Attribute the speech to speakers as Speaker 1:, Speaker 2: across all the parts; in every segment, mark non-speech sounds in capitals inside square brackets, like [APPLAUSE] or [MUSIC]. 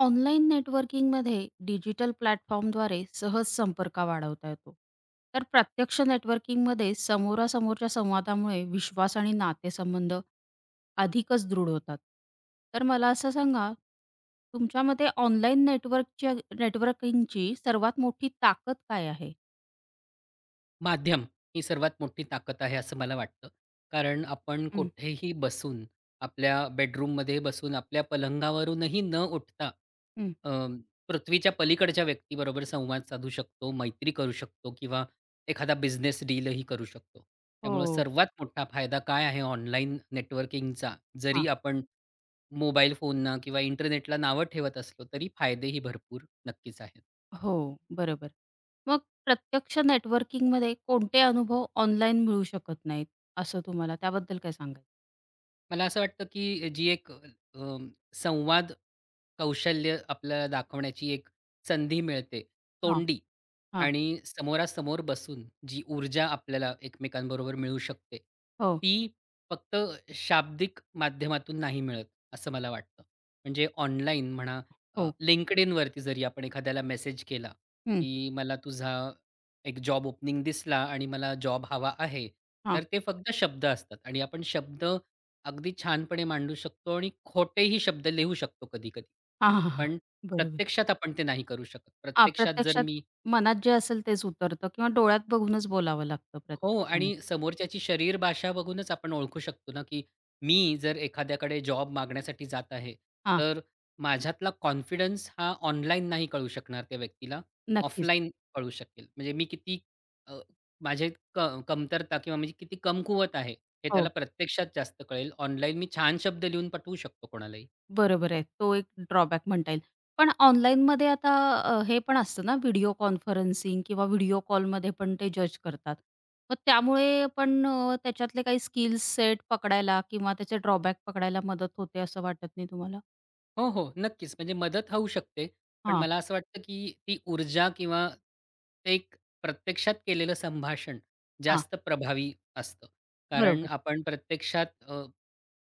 Speaker 1: Online नेटवर्किंगमध्ये digital प्लॅटफॉर्मद्वारे सहज संपर्क वाढवता येतो. तर प्रत्यक्ष नेटवर्किंगमध्ये समोरासमोरच्या संवादामुळे विश्वास आणि नातेसंबंध अधिकच दृढ होतात. तर मला असं सांगा, तुमच्या मते ऑनलाईन नेटवर्किंगची सर्वात मोठी ताकद काय आहे?
Speaker 2: माध्यम ही सर्वात मोठी ताकद आहे असं मला वाटतं. कारण आपण
Speaker 1: हं,
Speaker 2: कुठेही बसून, आपल्या बेडरूममध्ये बसून, आपल्या पलंगावरूनही न उठता
Speaker 1: हं.
Speaker 2: अ, पृथ्वीच्या पलीकडच्या व्यक्तीबरोबर संवाद साधू शकतो, मैत्री करू शकतो किंवा एखादा बिझनेस डीलही करू शकतो. त्यामुळं
Speaker 1: हो.
Speaker 2: सर्वात मोठा फायदा काय आहे ऑनलाईन नेटवर्किंगचा?
Speaker 1: हां.
Speaker 2: जरी आपण मोबाईल फोनना किंवा इंटरनेटला नावं ठेवत असलो, तरी फायदेही भरपूर नक्कीच आहेत.
Speaker 1: हो, बरोबर. मग प्रत्यक्ष नेटवर्किंगमध्ये कोणते अनुभव ऑनलाईन मिळू शकत नाहीत, असं तुम्हाला त्याबद्दल काय सांगायचं?
Speaker 2: मला असं वाटतं, की जी एक संवाद कौशल्य आपल्याला दाखवण्याची एक संधी मिळते,
Speaker 1: हां.
Speaker 2: तोंडी आणि समोरासमोर बसून जी ऊर्जा आपल्याला एकमेकांबरोबर मिळू शकते,
Speaker 1: हो,
Speaker 2: ती फक्त शाब्दिक माध्यमातून नाही मिळत, असं मला वाटतं. म्हणजे ऑनलाईन म्हणा,
Speaker 1: हो.
Speaker 2: LinkedInवरती जरी आपण एखाद्याला मेसेज केला,
Speaker 1: हं.
Speaker 2: की मला तुझा एक जॉब ओपनिंग दिसला आणि मला जॉब हवा आहे,
Speaker 1: हां.
Speaker 2: तर ते फक्त शब्द असतात आणि आपण शब्द अगदी छानपणे मांडू शकतो आणि खोटेही शब्द लिहू शकतो कधी-कधी.
Speaker 1: हां, हां, हां.
Speaker 2: पण
Speaker 1: बरोबर.
Speaker 2: प्रत्यक्षात आपण ते नाही करू शकत.
Speaker 1: हां,
Speaker 2: प्रत्यक्षात जर
Speaker 1: प्रत्यक्षात
Speaker 2: मी
Speaker 1: मनात जे असेल तेच उतरतं किंवा डोळ्यात बघूनच बोलावं लागतं
Speaker 2: हो
Speaker 1: प्रत्यक्षामध्ये.
Speaker 2: आणि समोरच्याची शरीर भाषा बघूनच आपण ओळखू शकतो ना, की मी जर एखाद्याकडे जॉब मागण्यासाठी जात आहे,
Speaker 1: हां,
Speaker 2: तर माझ्यातला कॉन्फिडन्स हा ऑनलाईन नाही कळू शकणार त्या व्यक्तीला.
Speaker 1: नक्कीच.
Speaker 2: ऑफलाईन कळू शकेल. म्हणजे मी किती अ, माझे क कमतरता किंवा म्हणजे किती कमकुवत आहे, हे त्याला
Speaker 1: हो,
Speaker 2: प्रत्यक्षात जास्त कळेल. ऑनलाईन मी छान शब्द लिहून पाठवू शकतो कोणालाही.
Speaker 1: बरोबर आहे. तो एक ड्रॉबॅक म्हणता येईल. पण ऑनलाईनमध्ये आता हे पण असतं ना व्हिडिओ कॉन्फरन्सिंग किंवा व्हिडिओ कॉलमध्ये पण ते जज करतात. मग त्यामुळे पण त्याच्यातले काही स्किल्स सेट पकडायला किंवा त्याचे ड्रॉबॅक पकडायला मदत होते असं वाटत नाही तुम्हाला?
Speaker 2: हो, हो. नक्कीच. म्हणजे मदत होऊ शकते. पण
Speaker 1: हां,
Speaker 2: मला असं वाटतं, की ती ऊर्जा किंवा ते एक प्रत्यक्षात केलेलं संभाषण
Speaker 1: हां.
Speaker 2: जास्त प्रभावी असतं. कारण
Speaker 1: बरोबर,
Speaker 2: आपण प्रत्यक्षात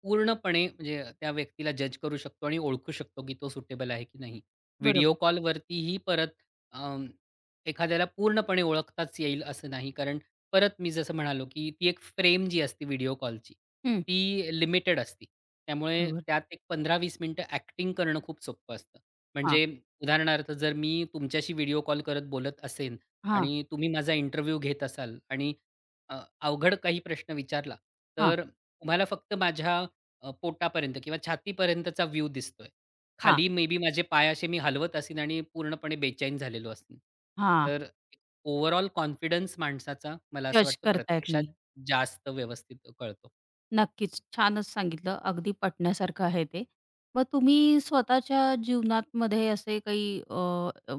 Speaker 2: पूर्णपणे म्हणजे त्या व्यक्तीला जज करू शकतो आणि ओळखू शकतो, की तो सुटेबल आहे की नाही. व्हिडिओ
Speaker 1: बरोबर.
Speaker 2: कॉलवरतीही परत अं, एखाद्याला पूर्णपणे ओळखताच येईल असं नाही. कारण परत मी जसं म्हणालो, की ती एक फ्रेम जी असते व्हिडिओ कॉलची,
Speaker 1: हं,
Speaker 2: ती लिमिटेड असते. त्यामुळे
Speaker 1: बरोबर.
Speaker 2: त्यात एक 15-20 मिनिटं ॲक्टिंग करणं खूप सोपं असतं.
Speaker 1: हां,
Speaker 2: म्हणजे उदाहरणार्थ जर मी तुमच्याशी व्हिडिओ कॉल करत बोलत असेन
Speaker 1: हां,
Speaker 2: आणि तुम्ही माझा इंटरव्ह्यू घेत असाल आणि अवघड काही प्रश्न विचारला, तर तुम्हाला फक्त माझ्या पोटापर्यंत किंवा छातीपर्यंतचा व्ह्यू दिसतोय.
Speaker 1: हां,
Speaker 2: खाली मे बी माझे पाय असे मी हलवत असीन आणि पूर्णपणे बेचैन झालेलो असीन.
Speaker 1: हां.
Speaker 2: तर ओव्हरऑल कॉन्फिडन्स माणसाचा मला असं
Speaker 1: जज
Speaker 2: वाटतं
Speaker 1: करता येत नाही.
Speaker 2: प्रत्यक्षात जास्त व्यवस्थित कळतो.
Speaker 1: नक्कीच. छानच सांगितलं. अगदी पटण्यासारखं आहे ते. मग तुम्ही स्वतःच्या जीवनामध्ये असे काही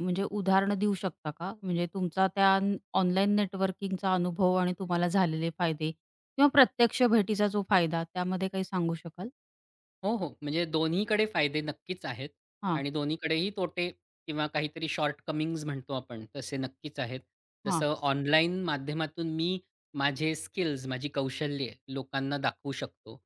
Speaker 1: म्हणजे उदाहरणं देऊ शकता का? म्हणजे तुमचा त्या ऑनलाईन नेटवर्किंगचा अनुभव आणि तुम्हाला झालेले फायदे किंवा प्रत्यक्ष भेटीचा जो फायदा त्यामध्ये काही सांगू शकाल?
Speaker 2: हो, हो. म्हणजे दोन्हीकडे फायदे नक्कीच आहेत
Speaker 1: हां,
Speaker 2: आणि दोन्हीकडेही तोटे किंवा काहीतरी शॉर्टकमिंग्ज म्हणतो आपण, तसे नक्कीच आहेत.
Speaker 1: हां.
Speaker 2: जसं ऑनलाईन माध्यमातून मी माझे स्किल्स, माझी कौशल्ये लोकांना दाखवू शकतो.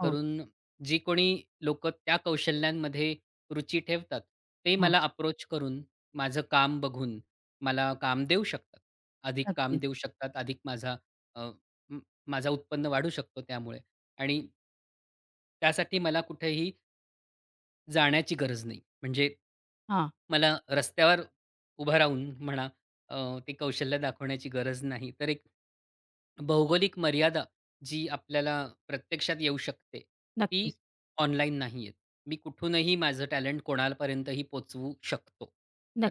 Speaker 1: हो,
Speaker 2: जी कोणी लोकं त्या कौशल्यांमध्ये रुची ठेवतात, ते
Speaker 1: हां.
Speaker 2: मला अप्रोच करून, माझं काम बघून मला काम देऊ शकतात. अधिक काम
Speaker 1: नक्कीच.
Speaker 2: देऊ शकतात, अधिक माझा अ, म माझं उत्पन्न वाढू शकतो त्यामुळे. आणि त्यासाठी मला कुठेही जाण्याची गरज नाही. म्हणजे
Speaker 1: हां.
Speaker 2: मला रस्त्यावर उभं राहून म्हणा अ, ते कौशल्य दाखवण्याची गरज नाही. तर एक भौगोलिक मर्यादा जी आपल्याला प्रत्यक्षात येऊ शकते, ती
Speaker 1: नक्कीच,
Speaker 2: ऑनलाईन नाही आहेत. मी कुठूनही माझं टॅलेंट कोणापर्यंतही पोहोचवू शकतो.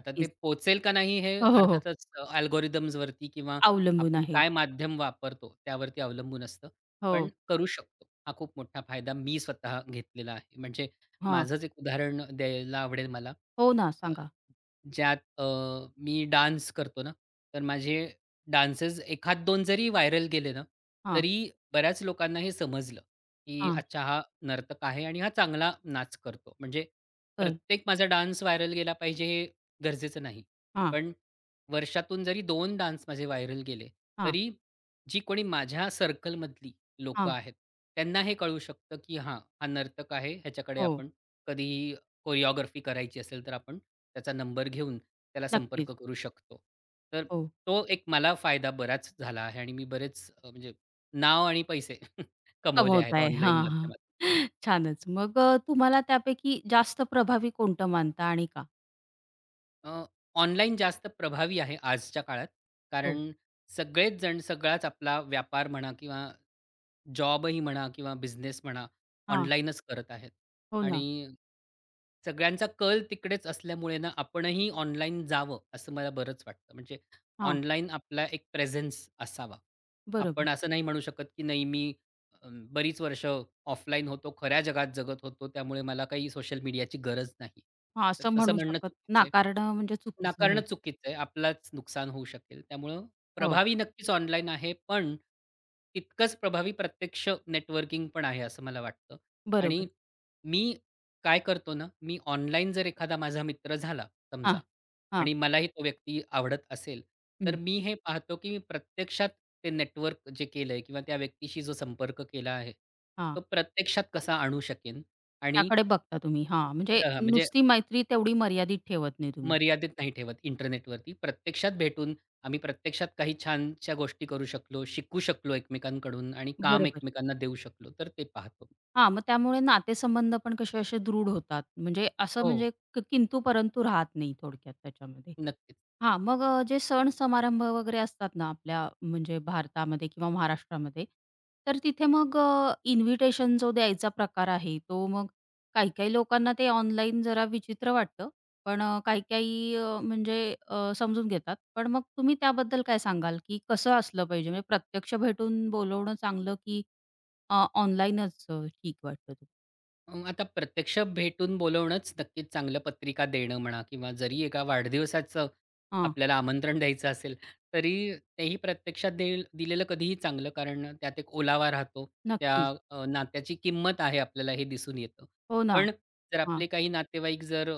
Speaker 2: आता ते पोहोचेल का नाही हे
Speaker 1: हो, हो, हो.
Speaker 2: अर्थातच अल्गोरिथम्सवरती किंवा
Speaker 1: अवलंबून
Speaker 2: आपण
Speaker 1: आहे.
Speaker 2: काय माध्यम वापरतो त्यावरती अवलंबून असतं. पण
Speaker 1: हो.
Speaker 2: करू शकतो. हा खूप मोठा फायदा मी स्वतः घेतलेला आहे. म्हणजे
Speaker 1: हां.
Speaker 2: माझंच एक उदाहरण द्यायला आवडेल मला.
Speaker 1: हो ना, सांगा.
Speaker 2: ज्यात मी डान्स करतो ना, तर माझे डान्सेस एखाद दोन जरी व्हायरल गेले ना,
Speaker 1: हां,
Speaker 2: तरी बऱ्याच लोकांना हे समजलं, की
Speaker 1: हां.
Speaker 2: अच्छा हा नर्तक आहे आणि हा चांगला नाच करतो. म्हणजे
Speaker 1: बरं.
Speaker 2: प्रत्येक माझा डान्स व्हायरल गेला पाहिजे हे गरजेचं नाही.
Speaker 1: हां,
Speaker 2: पण वर्षातून जरी 2 डान्स माझे व्हायरल गेले,
Speaker 1: हां,
Speaker 2: तरी जी कोणी माझ्या सर्कलमधली लोकं
Speaker 1: हां.
Speaker 2: आहेत, त्यांना हे कळू शकतं, की हां, हा नर्तक आहे. ह्याच्याकडे
Speaker 1: हो,
Speaker 2: आपण कधीही कोरिओग्राफी करायची असेल तर आपण त्याचा नंबर घेऊन त्याला संपर्क
Speaker 1: नक्कीच.
Speaker 2: करू शकतो. तर
Speaker 1: हो,
Speaker 2: तो एक मला फायदा बराच झाला आहे आणि मी बरेच म्हणजे नाव आणि पैसे [LAUGHS] कमवले आहेत
Speaker 1: कमवताय.
Speaker 2: ऑनलाईन
Speaker 1: हां, हां.
Speaker 2: माध्यमातून.
Speaker 1: [LAUGHS] छानच. मग तुम्हाला त्यापैकी जास्त प्रभावी कोणतं मानता आणि का?
Speaker 2: अ, ऑनलाईन जास्त प्रभावी आहे आजच्या काळात.
Speaker 1: हो.
Speaker 2: कारण सगळेच जण सगळाच आपला व्यापार म्हणा किंवा जॉबही म्हणा किंवा बिझनेस म्हणा,
Speaker 1: हां,
Speaker 2: ऑनलाईनच करत आहेत
Speaker 1: हो ना.
Speaker 2: आणि सगळ्यांचा कल तिकडेच असल्यामुळे ना, आपणही ऑनलाईन जावं, असं मला बरंच वाटतं. म्हणजे
Speaker 1: हां,
Speaker 2: ऑनलाईन आपला एक प्रेझेन्स असावा.
Speaker 1: बरोबर.
Speaker 2: आपण असं नाही म्हणू शकत, की नाही मी बरीच वर्ष ऑफलाईन होतो, खऱ्या जगात जगत होतो, त्यामुळे मला काही सोशल मीडियाची गरज नाही.
Speaker 1: हां,
Speaker 2: तर
Speaker 1: असं
Speaker 2: तसं
Speaker 1: म्हणू
Speaker 2: म्हणणं
Speaker 1: शकत
Speaker 2: चुकीचं आहे.
Speaker 1: नाकारणं म्हणजे चुकीचं
Speaker 2: नाकारणं
Speaker 1: आहे.
Speaker 2: चुकीचं आहे. आपलाच नुकसान होऊ शकेल. त्यामुळं
Speaker 1: हो,
Speaker 2: प्रभावी नक्कीच ऑनलाईन आहे, पण तितकंच प्रभावी प्रत्यक्ष नेटवर्किंग पण आहे, असं मला वाटतं. आणि
Speaker 1: बरोबर.
Speaker 2: मी काय करतो ना, मी ऑनलाईन जर एखादा माझा मित्र झाला
Speaker 1: हां,
Speaker 2: समजा
Speaker 1: हां,
Speaker 2: आणि मलाही तो व्यक्ती आवडत असेल, तर
Speaker 1: हं,
Speaker 2: मी हे पाहतो, की मी प्रत्यक्षात ते नेटवर्क जे केलंय किंवा त्या व्यक्तीशी जो संपर्क केला आहे, तो
Speaker 1: हां.
Speaker 2: प्रत्यक्षात कसा आणू शकेन आणि
Speaker 1: त्याकडे बघता तुम्ही. हां, म्हणजे
Speaker 2: म्हणजे
Speaker 1: नुसती मैत्री तेवढी मर्यादित ठेवत नाही तुम्ही.
Speaker 2: मर्यादित नाही ठेवत इंटरनेटवरती. प्रत्यक्षात भेटून आम्ही प्रत्यक्षात काही छानशा गोष्टी करू शकलो, शिकू शकलो एकमेकांकडून आणि काम
Speaker 1: बरोबर.
Speaker 2: एकमेकांना देऊ शकलो, तर ते पाहतो.
Speaker 1: हां, मग त्यामुळे नातेसंबंध पण कसे असे दृढ होतात. म्हणजे असं
Speaker 2: हो,
Speaker 1: म्हणजे किंतु परंतु राहत नाही थोडक्यात त्याच्यामध्ये.
Speaker 2: नक्कीच.
Speaker 1: हां, मग जे सण समारंभ वगैरे असतात ना आपल्या म्हणजे भारतामध्ये किंवा महाराष्ट्रामध्ये, तर तिथे मग इन्व्हिटेशन जो द्यायचा प्रकार आहे, तो मग काही-काही लोकांना ते ऑनलाईन जरा विचित्र वाटतं. पण काही-काही म्हणजे समजून घेतात. पण मग तुम्ही त्याबद्दल काय सांगाल, की कसं असलं पाहिजे? म्हणजे प्रत्यक्ष भेटून बोलवणं चांगलं, की ऑनलाईनच ठीक वाटतं तुम्हाला?
Speaker 2: आता प्रत्यक्ष भेटून बोलवणंच नक्कीच चांगलं पत्रिका देणं म्हणा किंवा जरी एका वाढदिवसाचं
Speaker 1: हां,
Speaker 2: आपल्याला आमंत्रण द्यायचं असेल, तरी तेही प्रत्यक्षात देईल दिलेलं कधीही चांगलं. कारण त्यात एक ओलावा राहतो. त्या
Speaker 1: नक्कीच.
Speaker 2: नात्याची किंमत आहे आपल्याला हे दिसून येतं.
Speaker 1: हो ना.
Speaker 2: पण जर
Speaker 1: हां,
Speaker 2: आपले काही नातेवाईक जर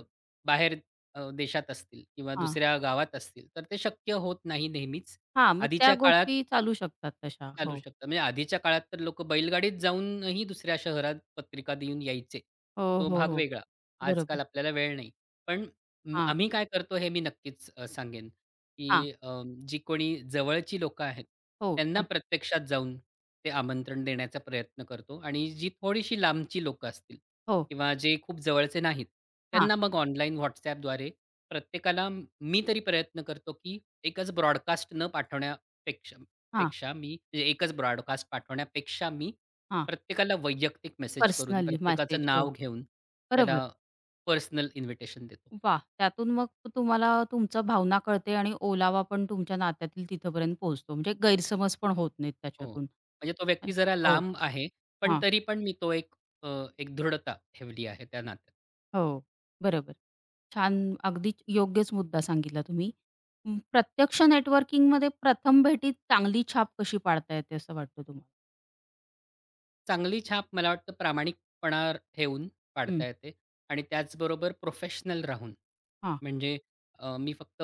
Speaker 2: बाहेर देशात असतील किंवा
Speaker 1: हां.
Speaker 2: दुसऱ्या गावात असतील, तर ते शक्य होत नाही नेहमीच.
Speaker 1: हां, मग त्या
Speaker 2: आधीच्या काळात
Speaker 1: गोष्टी चालू शकतात तशा.
Speaker 2: चालू
Speaker 1: हो.
Speaker 2: शकतात. म्हणजे आधीच्या काळात तर लोकं बैलगाडीत जाऊनही दुसऱ्या शहरात पत्रिका देऊन यायचे.
Speaker 1: हो,
Speaker 2: तो
Speaker 1: हो,
Speaker 2: भाग
Speaker 1: हो.
Speaker 2: वेगळा.
Speaker 1: बरोबर.
Speaker 2: आजकाल आपल्याला वेळ नाही. पण
Speaker 1: हां,
Speaker 2: आम्ही काय करतो हे मी नक्कीच सांगेन, की
Speaker 1: हां.
Speaker 2: जी कोणी जवळची लोकं आहेत,
Speaker 1: हो,
Speaker 2: त्यांना
Speaker 1: अन
Speaker 2: प्रत्यक्षात जाऊन ते आमंत्रण देण्याचा प्रयत्न करतो आणि जी थोडीशी लांबची लोकं असतील
Speaker 1: हो.
Speaker 2: किंवा जे खूप जवळचे नाहीत,
Speaker 1: हां,
Speaker 2: त्यांना मग ऑनलाईन WhatsAppद्वारे प्रत्येकाला मी तरी प्रयत्न करतो, की एकच ब्रॉडकास्ट न पाठवण्यापेक्षा
Speaker 1: हां,
Speaker 2: पेक्षा मी म्हणजे एकच ब्रॉडकास्ट पाठवण्यापेक्षा मी
Speaker 1: हां.
Speaker 2: प्रत्येकाला वैयक्तिक मेसेज करून,
Speaker 1: पर्सनली
Speaker 2: प्रत्येकाचं
Speaker 1: मेसेज. हो,
Speaker 2: नाव घेऊन
Speaker 1: बरोबर.
Speaker 2: त्याला पर्सनल इन्व्हिटेशन देतो.
Speaker 1: वाह! त्यातून मग तुम्हाला तुमच्या भावना कळते आणि ओलावा पण तुमच्या नात्यातील तिथपर्यंत पोहोचतो. म्हणजे गैरसमज पण होत नाहीत
Speaker 2: हो.
Speaker 1: त्याच्यातून.
Speaker 2: म्हणजे तो
Speaker 1: अ,
Speaker 2: व्यक्ती जरा
Speaker 1: हो.
Speaker 2: लांब आहे, पण
Speaker 1: हां.
Speaker 2: तरी पण मी अ, एक दृढता ठेवली आहे त्या नात्यात.
Speaker 1: हो, बरोबर. छान अगदी योग्यच मुद्दा सांगितला तुम्ही. प्रत्यक्ष नेटवर्किंगमध्ये प्रथम भेटीत चांगली छाप कशी पाडता येते असं वाटतं तुम्हाला?
Speaker 2: चांगली छाप मला वाटतं प्रामाणिकपणा ठेवून
Speaker 1: हं.
Speaker 2: पाडता येते आणि त्याचबरोबर प्रोफेशनल राहून. म्हणजे मी फक्त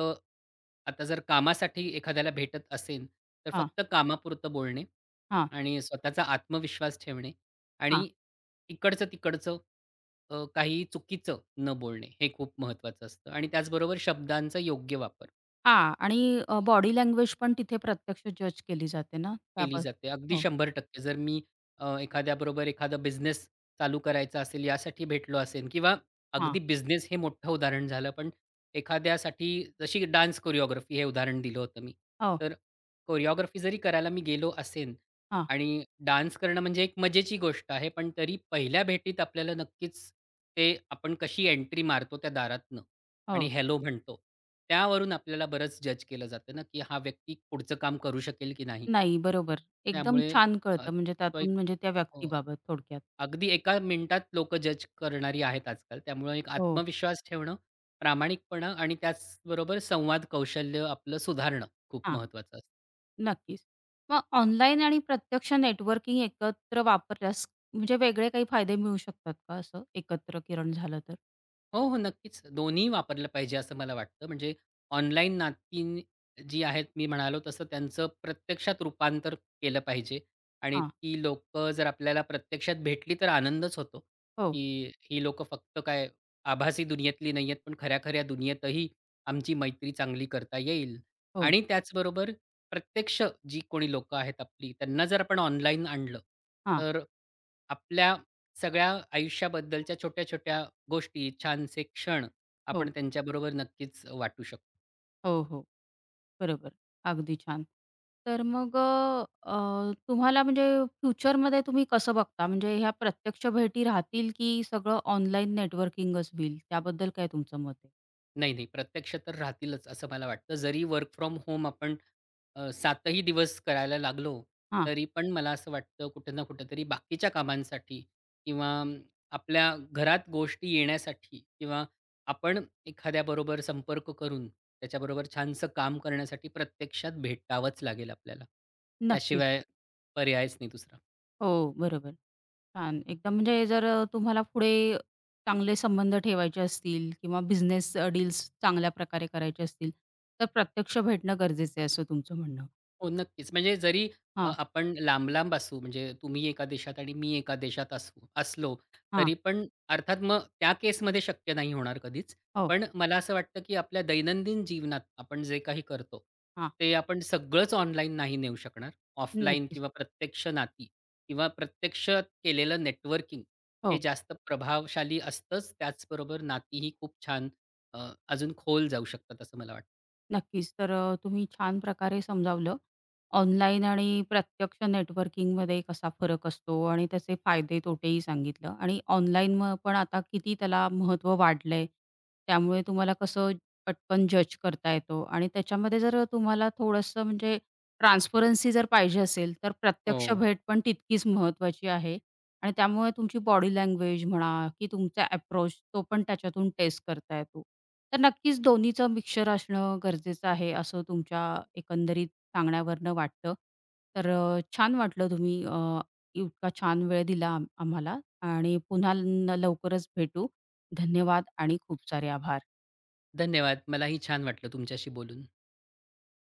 Speaker 2: आता जर कामासाठी एखाद्याला भेटत असेन, तर
Speaker 1: हां,
Speaker 2: फक्त कामापुरतं बोलणे
Speaker 1: हां,
Speaker 2: आणि स्वतःचा आत्मविश्वास ठेवणे
Speaker 1: हां.
Speaker 2: आणि इकडचं-तिकडचं काही चुकीचं न बोलणे हे खूप महत्त्वाचं असतं आणि त्याचबरोबर शब्दांचा योग्य वापर.
Speaker 1: हां. आणि बॉडी लँग्वेज पण तिथे प्रत्यक्ष जज केली जाते ना,
Speaker 2: केली
Speaker 1: त्याबद्दल
Speaker 2: जाते. अगदी
Speaker 1: हो.
Speaker 2: 100% जर मी एखाद्याबरोबर एखादा बिझनेस चालू करायचा असेल यासाठी भेटलो असेन किंवा
Speaker 1: हां.
Speaker 2: अगदी बिझनेस हे मोठं उदाहरण झालं, पण एखाद्यासाठी जशी डान्स कोरिओग्राफी हे उदाहरण दिलं होतं मी.
Speaker 1: हो,
Speaker 2: तर कोरिओग्राफी जरी करायला मी गेलो असेन
Speaker 1: हां.
Speaker 2: आणि डान्स करणं म्हणजे एक मजेची गोष्ट आहे, पण तरी पहिल्या भेटीत आपल्याला नक्कीच ते आपण कशी एंट्री मारतो त्या दारातनं आणि
Speaker 1: हो.
Speaker 2: हॅलो म्हणतो. त्यावरून आपल्याला बरंच जज केलं जातं ना, की हा व्यक्ती पुढचं काम करू शकेल की नाही?
Speaker 1: नाही, बरोबर. एकदम
Speaker 2: त्यामुळे
Speaker 1: छान
Speaker 2: अ,
Speaker 1: कळतं म्हणजे
Speaker 2: तो एक
Speaker 1: त्यातून म्हणजे त्या
Speaker 2: हो.
Speaker 1: व्यक्तीबाबत थोडक्यात.
Speaker 2: अगदी एका मिनिटात लोक जज करणारी आहेत आजकाल. त्यामुळे एक
Speaker 1: हो.
Speaker 2: आत्मविश्वास ठेवणं, प्रामाणिकपणा आणि त्याचबरोबर संवाद कौशल्य आपलं सुधारणं खूप
Speaker 1: हां,
Speaker 2: महत्त्वाचं
Speaker 1: नक्कीच. मग ऑनलाईन आणि प्रत्यक्ष नेटवर्किंग एकत्र वापरल्यास म्हणजे वेगळे काही फायदे मिळू शकतात का असं एकत्र किरण झालं तर?
Speaker 2: हो, हो. नक्कीच. दोन्ही वापरलं पाहिजे असं मला वाटतं. म्हणजे ऑनलाईन नाती जी आहेत मी म्हणालो तसं त्यांचं प्रत्यक्षात रूपांतर केलं पाहिजे आणि
Speaker 1: हां.
Speaker 2: ती लोकं जर आपल्याला प्रत्यक्षात भेटली तर आनंदच होतो,
Speaker 1: हो,
Speaker 2: की ही लोकं फक्त काय आभासी दुनियेतली नाहीयेत, पण खऱ्या-खऱ्या दुनियेतही आमची मैत्री चांगली करता येईल.
Speaker 1: हो.
Speaker 2: आणि त्याचबरोबर प्रत्यक्ष जी कोणी लोकं आहेत आपली त्यांना जर आपण ऑनलाईन आणलं,
Speaker 1: हां.
Speaker 2: तर आपल्या सगळ्या आयुष्याबद्दलच्या छोट्या-छोट्या गोष्टी, छानसे क्षण
Speaker 1: हो,
Speaker 2: आपण त्यांच्याबरोबर नक्कीच वाटू शकतो.
Speaker 1: हो, हो. बरोबर. अगदी छान. तर मग तुम्हाला म्हणजे फ्युचरमध्ये तुम्ही कसं बघता? म्हणजे ह्या प्रत्यक्ष भेटी राहतील की सगळं ऑनलाईन नेटवर्किंगच होईल? त्याबद्दल काय तुमचं मत आहे?
Speaker 2: नाही, नाही, प्रत्यक्ष तर राहतीलच असं मला वाटतं. जरी वर्क फ्रॉम होम आपण 7 ही दिवस करायला लागलो,
Speaker 1: हां,
Speaker 2: तरी पण मला असं वाटतं कुठे ना कुठेतरी बाकीच्या कामांसाठी किंवा आपल्या घरात गोष्टी येण्यासाठी किंवा आपण एखाद्याबरोबर संपर्क करून त्याच्याबरोबर छानसं काम करण्यासाठी प्रत्यक्षात भेटावंच लागेल आपल्याला.
Speaker 1: नक्कीच.
Speaker 2: त्याशिवाय पर्यायच नाही दुसरा.
Speaker 1: हो, बरोबर. छान. एकदम म्हणजे जर तुम्हाला पुढे चांगले संबंध ठेवायचे असतील किंवा बिझनेस डील्स चांगल्या प्रकारे करायचे असतील, तर प्रत्यक्ष भेटणं गरजेचं आहे असं तुमचं म्हणणं.
Speaker 2: हो, नक्कीच. म्हणजे जरी
Speaker 1: हां,
Speaker 2: आपण लांब-लांब असू, म्हणजे तुम्ही एका देशात आणि मी एका देशात असू असलो,
Speaker 1: हां.
Speaker 2: तरी पण अर्थात मग त्या केसमध्ये शक्य नाही होणार कधीच.
Speaker 1: हो,
Speaker 2: पण मला असं वाटतं, की आपल्या दैनंदिन जीवनात आपण जे काही करतो,
Speaker 1: हां.
Speaker 2: ते आपण सगळंच ऑनलाईन नाही नेऊ शकणार. ऑफलाईन
Speaker 1: नक्कीच.
Speaker 2: किंवा प्रत्यक्ष नाती किंवा प्रत्यक्ष केलेलं नेटवर्किंग हे
Speaker 1: हो.
Speaker 2: जास्त प्रभावशाली असतंच. त्याचबरोबर नातीही खूप छान अजून खोल जाऊ शकतात असं मला वाटतं.
Speaker 1: नक्कीच. तर तुम्ही छान प्रकारे समजावलं. ऑनलाईन आणि प्रत्यक्ष नेटवर्किंगमध्ये कसा फरक असतो आणि त्याचे फायदे तोटेही सांगितलं आणि ऑनलाईन पण आता किती त्याला महत्त्व वाढलंय. त्यामुळे तुम्हाला कसं पटकन जज करता येतो आणि त्याच्यामध्ये जर तुम्हाला थोडंसं म्हणजे ट्रान्सपरन्सी जर पाहिजे असेल, तर प्रत्यक्ष
Speaker 2: हो,
Speaker 1: भेट पण तितकीच महत्त्वाची आहे आणि त्यामुळे तुमची बॉडी लँग्वेज म्हणा, की तुमचा अप्रोच तो पण त्याच्यातून टेस्ट करता येतो. तर नक्कीच दोन्हीचं मिक्सचर असणं गरजेचं आहे, असं तुमच्या एकंदरीत सांगण्यावरनं वाटतं. तर छान वाटलं तुम्ही इतका छान वेळ दिला आम्हाला आणि पुन्हा लवकरच भेटू. धन्यवाद आणि खूप सारे आभार.
Speaker 2: धन्यवाद. मलाही छान वाटलं तुमच्याशी बोलून.